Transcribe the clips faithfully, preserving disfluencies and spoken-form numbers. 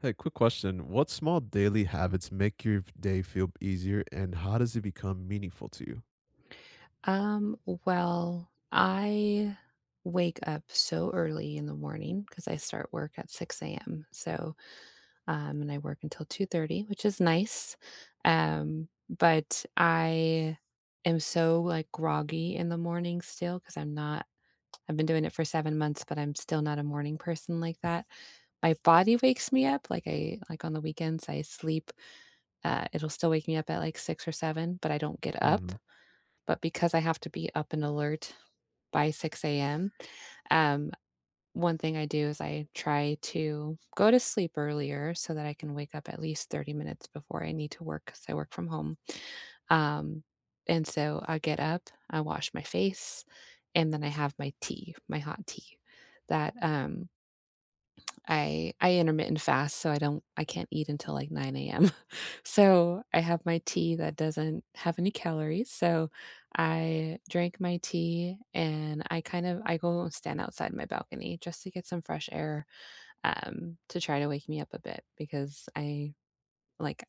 Hey, quick question. What small daily habits make your day feel easier and how does it become meaningful to you? Um, well, I wake up so early in the morning because I start work at six a m. So, um, and I work until two thirty, which is nice. Um, but I am so like groggy in the morning still because I'm not, I've been doing it for seven months, but I'm still not a morning person like that. My body wakes me up, like, I like on the weekends I sleep. Uh, it'll still wake me up at like six or seven, but I don't get up. Mm-hmm. But because I have to be up and alert by six a m. Um, One thing I do is I try to go to sleep earlier so that I can wake up at least thirty minutes before I need to work because I work from home. Um, and so I get up, I wash my face, and then I have my tea, my hot tea that, um I I intermittent fast, so I don't I can't eat until like nine a m. So, I have my tea that doesn't have any calories, so I drank my tea and I kind of I go and stand outside my balcony just to get some fresh air, um, to try to wake me up a bit because I like,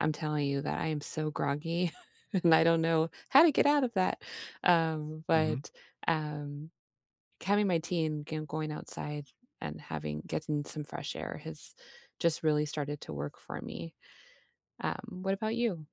I'm telling you that I am so groggy and I don't know how to get out of that. Um, but, um having my tea and g going outside and having getting some fresh air has just really started to work for me. Um, what about you?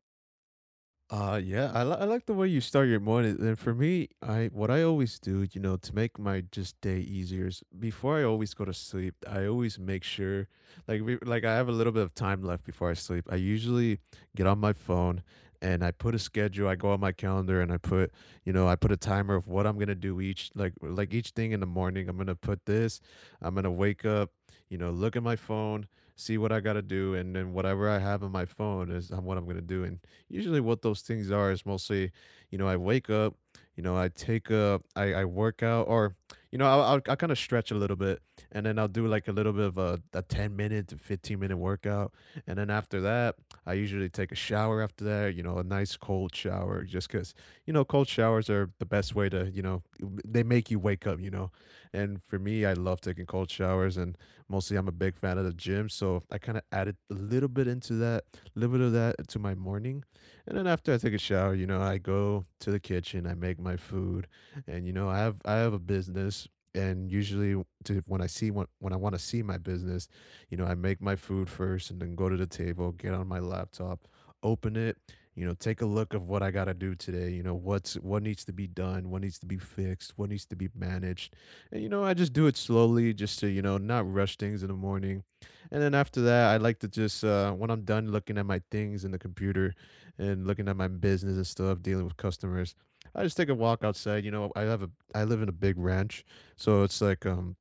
Uh, yeah, I, li- I like the way you start your morning. And for me, I what I always do, you know, to make my just day easier is before I always go to sleep, I always make sure, like, we, like I have a little bit of time left before I sleep. I usually get on my phone and I put a schedule. I go on my calendar and I put, you know, I put a timer of what I'm gonna do each, like, like each thing in the morning. I'm gonna put this. I'm gonna wake up, you know, look at my phone, see what I gotta do, and then whatever I have on my phone is um, what I'm gonna do. And usually what those things are is mostly, you know, I wake up, you know, I take a, I, I work out or, you know, I'll, I'll, I'll kind of stretch a little bit and then I'll do like a little bit of a, a ten minute to fifteen minute workout. And then after that, I usually take a shower after that, you know, a nice cold shower just because, you know, cold showers are the best way to, you know, they make you wake up, you know. And for me, I love taking cold showers and mostly I'm a big fan of the gym. So I kind of added a little bit into that, a little bit of that to my morning. And then after I take a shower, you know, I go to the kitchen, I make my food, and you know, I have I have a business, and usually to when I see when when I want to see my business, you know, I make my food first, and then go to the table, get on my laptop, open it, you know, take a look of what I gotta do today. You know, what's what needs to be done, what needs to be fixed, what needs to be managed, and you know, I just do it slowly, just to you know, not rush things in the morning. And then after that, I like to just uh, when I'm done looking at my things in the computer, and looking at my business and stuff, dealing with customers. I just take a walk outside. You know, I have a I live in a big ranch, so it's like um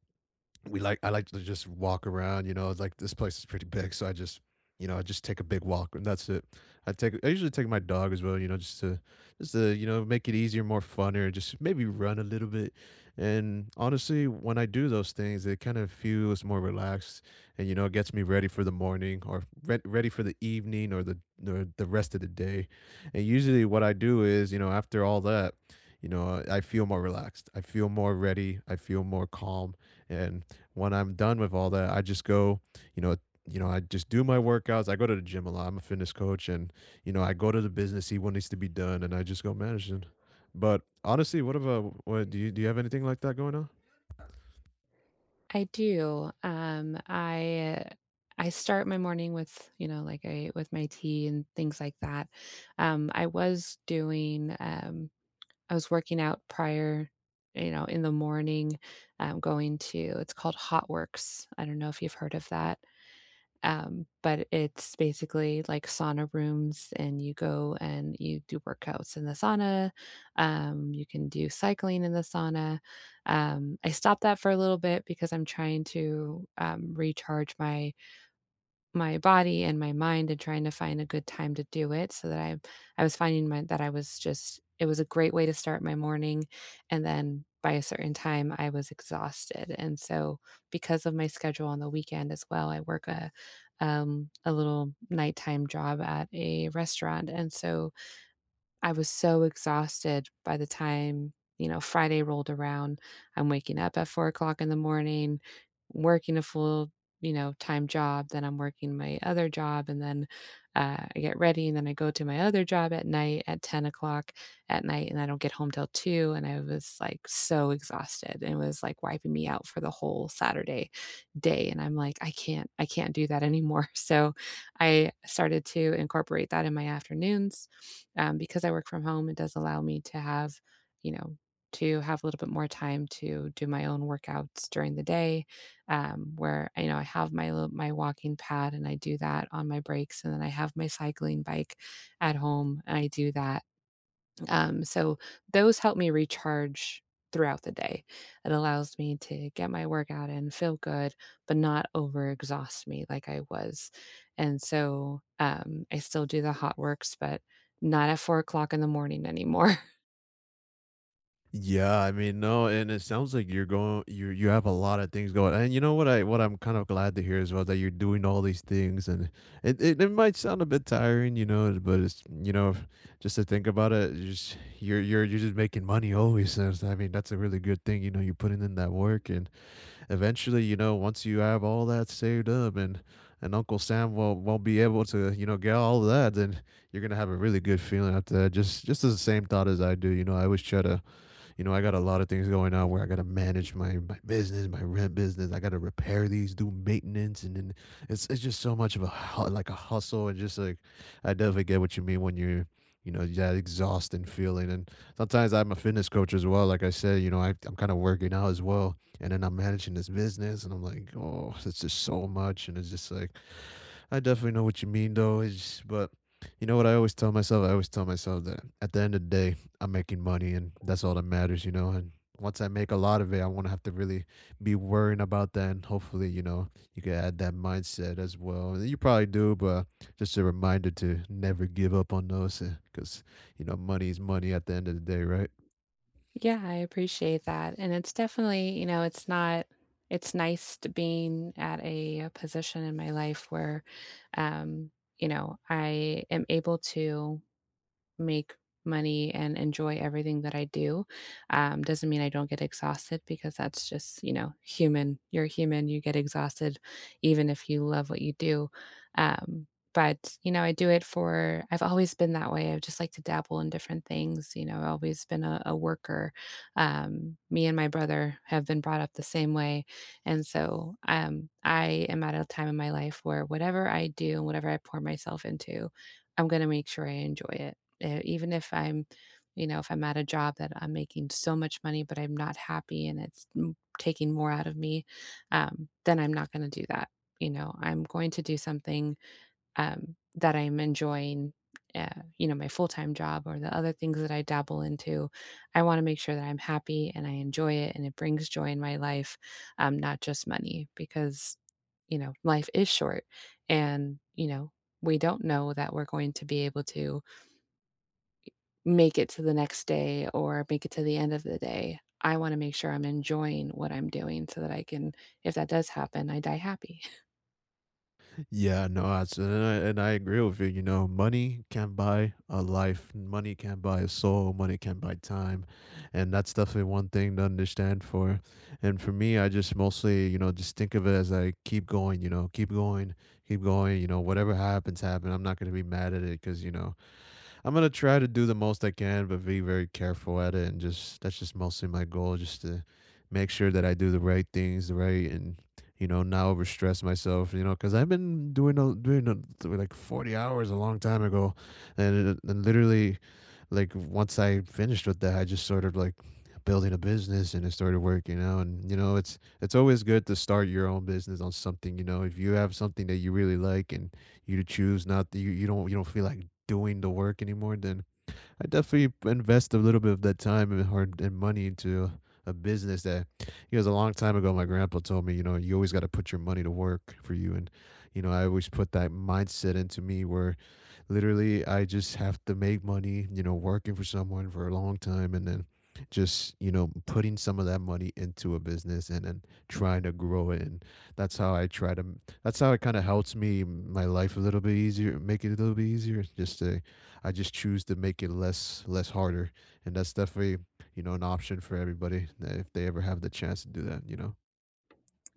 we like I like to just walk around, you know, it's like this place is pretty big, so I just you know, I just take a big walk and that's it. I take I usually take my dog as well, you know, just to just to, you know, make it easier, more funner, just maybe run a little bit. And honestly, when I do those things, it kind of feels more relaxed and you know, it gets me ready for the morning or re- ready for the evening or the or the rest of the day. And usually what I do is, you know, after all that, you know, I feel more relaxed. I feel more ready. I feel more calm and when I'm done with all that, I just go, you know, you know, I just do my workouts. I go to the gym a lot. I'm a fitness coach, and you know, I go to the business, see what needs to be done, and I just go manage it. But honestly, what about what do you do? You have anything like that going on? I do. Um, I I start my morning with, you know, like, I with my tea and things like that. Um, I was doing, um I was working out prior, you know, in the morning, um, going to it's called Hot Works. I don't know if you've heard of that. Um, but it's basically like sauna rooms and you go and you do workouts in the sauna. Um, you can do cycling in the sauna. Um, I stopped that for a little bit because I'm trying to, um, recharge my my body and my mind and trying to find a good time to do it so that I I was finding my that I was just it was a great way to start my morning and then by a certain time I was exhausted. And so because of my schedule on the weekend as well, I work a um a little nighttime job at a restaurant and so I was so exhausted by the time, you know, Friday rolled around. I'm waking up at four o'clock in the morning, working a full, you know, time job, then I'm working my other job, and then, uh, I get ready, and then I go to my other job at night at ten o'clock at night, and I don't get home till two, and I was, like, so exhausted, and it was, like, wiping me out for the whole Saturday day, and I'm like, "I can't I can't do that anymore." So, I started to incorporate that in my afternoons. Um, because I work from home, it does allow me to have, you know, to have a little bit more time to do my own workouts during the day, um, where you know I have my little- my walking pad and I do that on my breaks, and then I have my cycling bike at home and I do that um, so those help me recharge throughout the day. It allows me to get my workout in, feel good, but not overexhaust me like I was. And so um, I still do the hot works, but not at four o'clock in the morning anymore. Yeah, I mean, no, and it sounds like you're going you you have a lot of things going. And you know what I what I'm kind of glad to hear as well that you're doing all these things and it, it, it might sound a bit tiring, you know, but it's you know, just to think about it, you just you're you're you're just making money always. And it's- I mean, that's a really good thing, you know, you're putting in that work and eventually, you know, once you have all that saved up and and Uncle Sam will won't be able to, you know, get all of that, then you're gonna have a really good feeling after that. Just just the same thought as I do, you know, I always try to you know, I got a lot of things going on where I got to manage my, my business, my rent business. I got to repair these, do maintenance. And then it's, it's just so much of a, hu- like a hustle. And just like, I definitely get what you mean when you're, you know, that exhausting feeling. And sometimes I'm a fitness coach as well. Like I said, you know, I, I'm kind of working out as well. And then I'm managing this business and I'm like, oh, it's just so much. And it's just like, I definitely know what you mean, though. It's, but you know what I always tell myself? I always tell myself that at the end of the day, I'm making money, and that's all that matters, you know. And once I make a lot of it, I won't have to really be worrying about that. And hopefully, you know, you can add that mindset as well. And you probably do, but just a reminder to never give up on those, because you know, money is money at the end of the day, right? Yeah, I appreciate that. And it's definitely, you know, it's not, it's nice to being at a position in my life where, um, you know, I am able to make money and enjoy everything that I do. Um, doesn't mean I don't get exhausted because that's just, you know, human. You're human, you get exhausted even if you love what you do. Um, but, you know, I do it for, I've always been that way. I just like to dabble in different things. You know, I've always been a, a worker. Um, me and my brother have been brought up the same way. And so um, I am at a time in my life where whatever I do and whatever I pour myself into, I'm going to make sure I enjoy it uh, even if I'm you know if I'm at a job that I'm making so much money but I'm not happy and it's m- taking more out of me um, then I'm not going to do that you know I'm going to do something um, that I'm enjoying uh, you know my full-time job or the other things that I dabble into I want to make sure that I'm happy and I enjoy it and it brings joy in my life um, not just money because you know life is short and you know we don't know that we're going to be able to make it to the next day or make it to the end of the day. I wanna make sure I'm enjoying what I'm doing so that I can if that does happen, I die happy. Yeah, no, I s And I and I agree with you, you know, money can't buy a life, money can't buy a soul, money can't buy time, and that's definitely one thing to understand for, and for me, I just mostly, you know, just think of it as, I keep going, you know, keep going, keep going, you know, whatever happens, happen, I'm not gonna be mad at it because you know, I'm gonna try to do the most I can, but be very careful at it, and just that's just mostly my goal, just to make sure that I do the right things, the right, and you know, not overstress myself, you know, because I've been doing a, doing a, doing like forty hours a long time ago, and, it, and literally like once I finished with that, I just sort of like building a business and it started working out. And you know, it's it's always good to start your own business on something. You know, if you have something that you really like and you choose not to, you you don't you don't feel like doing the work anymore, then I definitely invest a little bit of that time and hard and money into a business that because a long time ago my grandpa told me you know you always got to put your money to work for you and you know I always put that mindset into me where literally I just have to make money, you know, working for someone for a long time and then just, you know, putting some of that money into a business and then trying to grow it. And that's how I try to, that's how it kind of helps me, my life a little bit easier, make it a little bit easier. Just to, I just choose to make it less, less harder. And that's definitely, you know, an option for everybody uh, if they ever have the chance to do that, you know?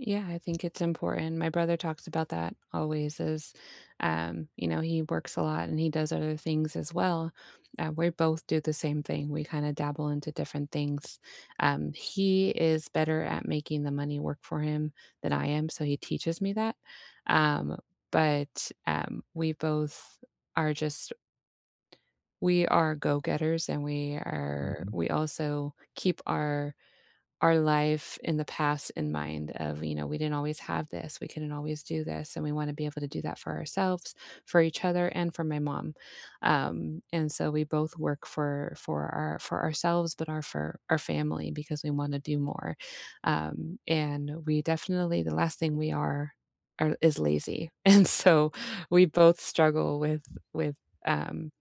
Yeah, I think it's important. My brother talks about that always As um, you know, he works a lot and he does other things as well. Uh, we both do the same thing. We kind of dabble into different things. Um, he is better at making the money work for him than I am, so he teaches me that. Um, but um, we both are just we are go-getters and we are we also keep our our life in the past in mind of, you know, we didn't always have this, we couldn't always do this, and we want to be able to do that for ourselves, for each other, and for my mom. Um, and so we both work for for our for ourselves, but our for our family because we want to do more. Um, and we definitely the last thing we are are is lazy, and so we both struggle with with um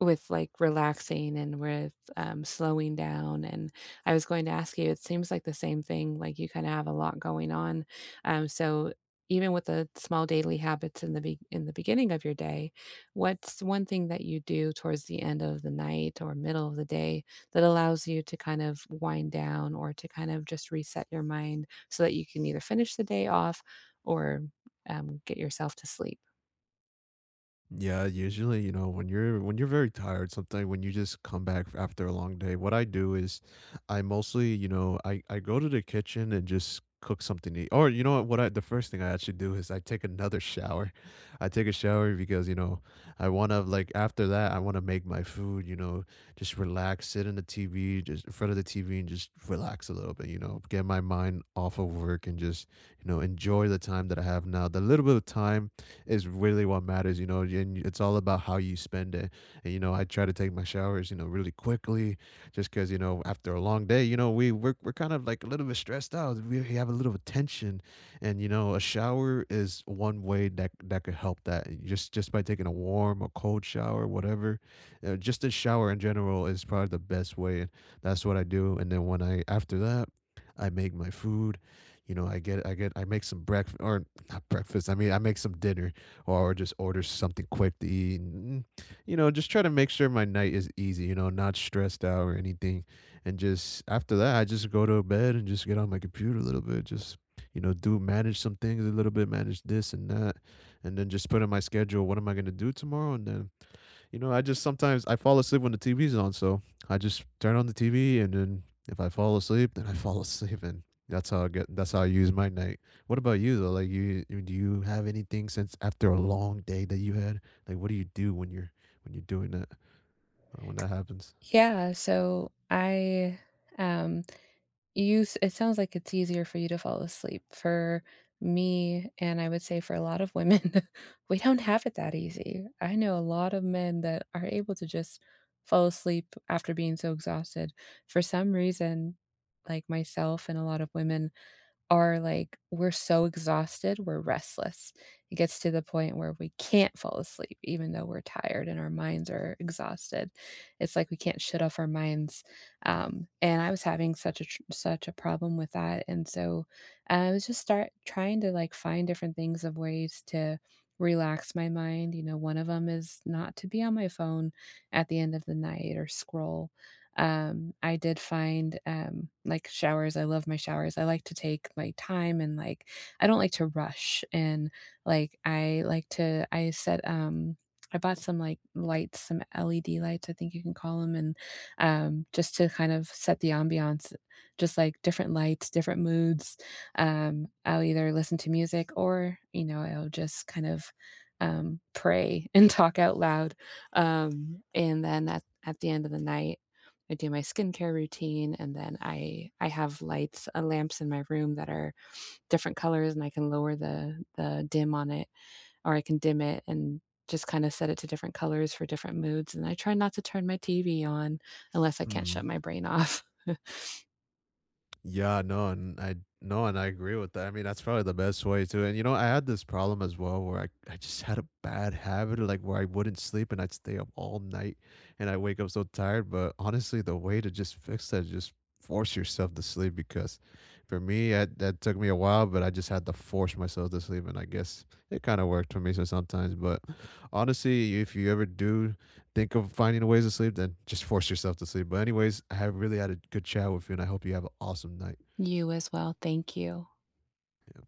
with, like, relaxing and with, um, slowing down, and I was going to ask you, it seems like the same thing, like, you kinda have a lot going on, um, so even with the small daily habits in the be in the beginning of your day, what's one thing that you do towards the end of the night or middle of the day that allows you to kind of wind down or to kind of just reset your mind so that you can either finish the day off or, um, get yourself to sleep? Yeah, usually, you know, when you're when you're very tired, sometimes when you just come back f- after a long day, what I do is I mostly, you know, I I go to the kitchen and just cook something to eat. Or you know what, what I the first thing I actually do is I take another shower. I take a shower because, you know, I want to like after that, I want to make my food, you know, just relax, sit in the T V, just in front of the T V and just relax a little bit, you know, get my mind off of work and just, you know, enjoy the time that I have now. The little bit of time is really what matters, you know, and it's all about how you spend it. And you know, I try to take my showers, you know, really quickly, just because you know, after a long day, you know, we we're, we're kind of like a little bit stressed out. We have a little tension, and you know, a shower is one way that that could help that. Just just by taking a warm or cold shower, whatever, uh, just a shower in general is probably the best way. And that's what I do. And then when I after that. I make my food, you know. I get, I get, I make some breakfast or not breakfast. I mean, I make some dinner, or just order something quick to eat. And, you know, just try to make sure my night is easy, you know, not stressed out or anything. And just after that, I just go to bed and just get on my computer a little bit, just, you know, do manage some things a little bit, manage this and that, and then just put in my schedule what am I going to do tomorrow? And then you know, I just sometimes I fall asleep when the T V's on, so I just turn on the T V and then if I fall asleep, then I fall asleep and that's how I get that's how I use my night. What about you though? Like you you- do you have anything since after a long day that you had? Like what do you do when you're when you're doing that uh, when that happens? Yeah, so I, um you s it sounds like it's easier for you to fall asleep. For me, and I would say for a lot of women, we don't have it that easy. I know a lot of men that are able to just fall asleep after being so exhausted. For some reason, like myself and a lot of women, are like we're so exhausted, we're restless. It gets to the point where we can't fall asleep even though we're tired and our minds are exhausted. It's like we can't shut off our minds, um, and I was having such a tr such a problem with that, and so, I was just start trying to, like, find different things of ways to relax my mind, you know, one of them is not to be on my phone at the end of the night or scroll, um, I did find, um, like, showers I love my showers, I like to take my time and, like, I don't like to rush, and, like, I like to I set, um I bought some, like, lights, some L E D lights, I think you can call them, and, um, just to kind of set the ambiance, just, like, different lights, different moods. Um, I'll either listen to music or, you know, I'll just kind of, um, pray and talk out loud, um, and then at at the end of the night I do my skincare routine, and then I I have lights, uh, lamps in my room that are different colors, and I can lower the the dim on it, or I can dim it and just kinda set it to different colors for different moods, and I try not to turn my T V on unless I can't Hmm. shut my brain off. Yeah, no, and I no, and I agree with that. I mean, that's probably the best way to. And you know, I had this problem as well where I, I just had a bad habit of like where I wouldn't sleep and I'd stay up all night and I wake up so tired. But honestly, the way to just fix that is just force yourself to sleep because for me, I, that took me a while, but I just had to force myself to sleep. And I guess it kind of worked for me so sometimes. But honestly, if you ever do think of finding ways to sleep, then just force yourself to sleep. But anyways, I have really had a good chat with you, and I hope you have an awesome night. You as well, thank you. Yeah.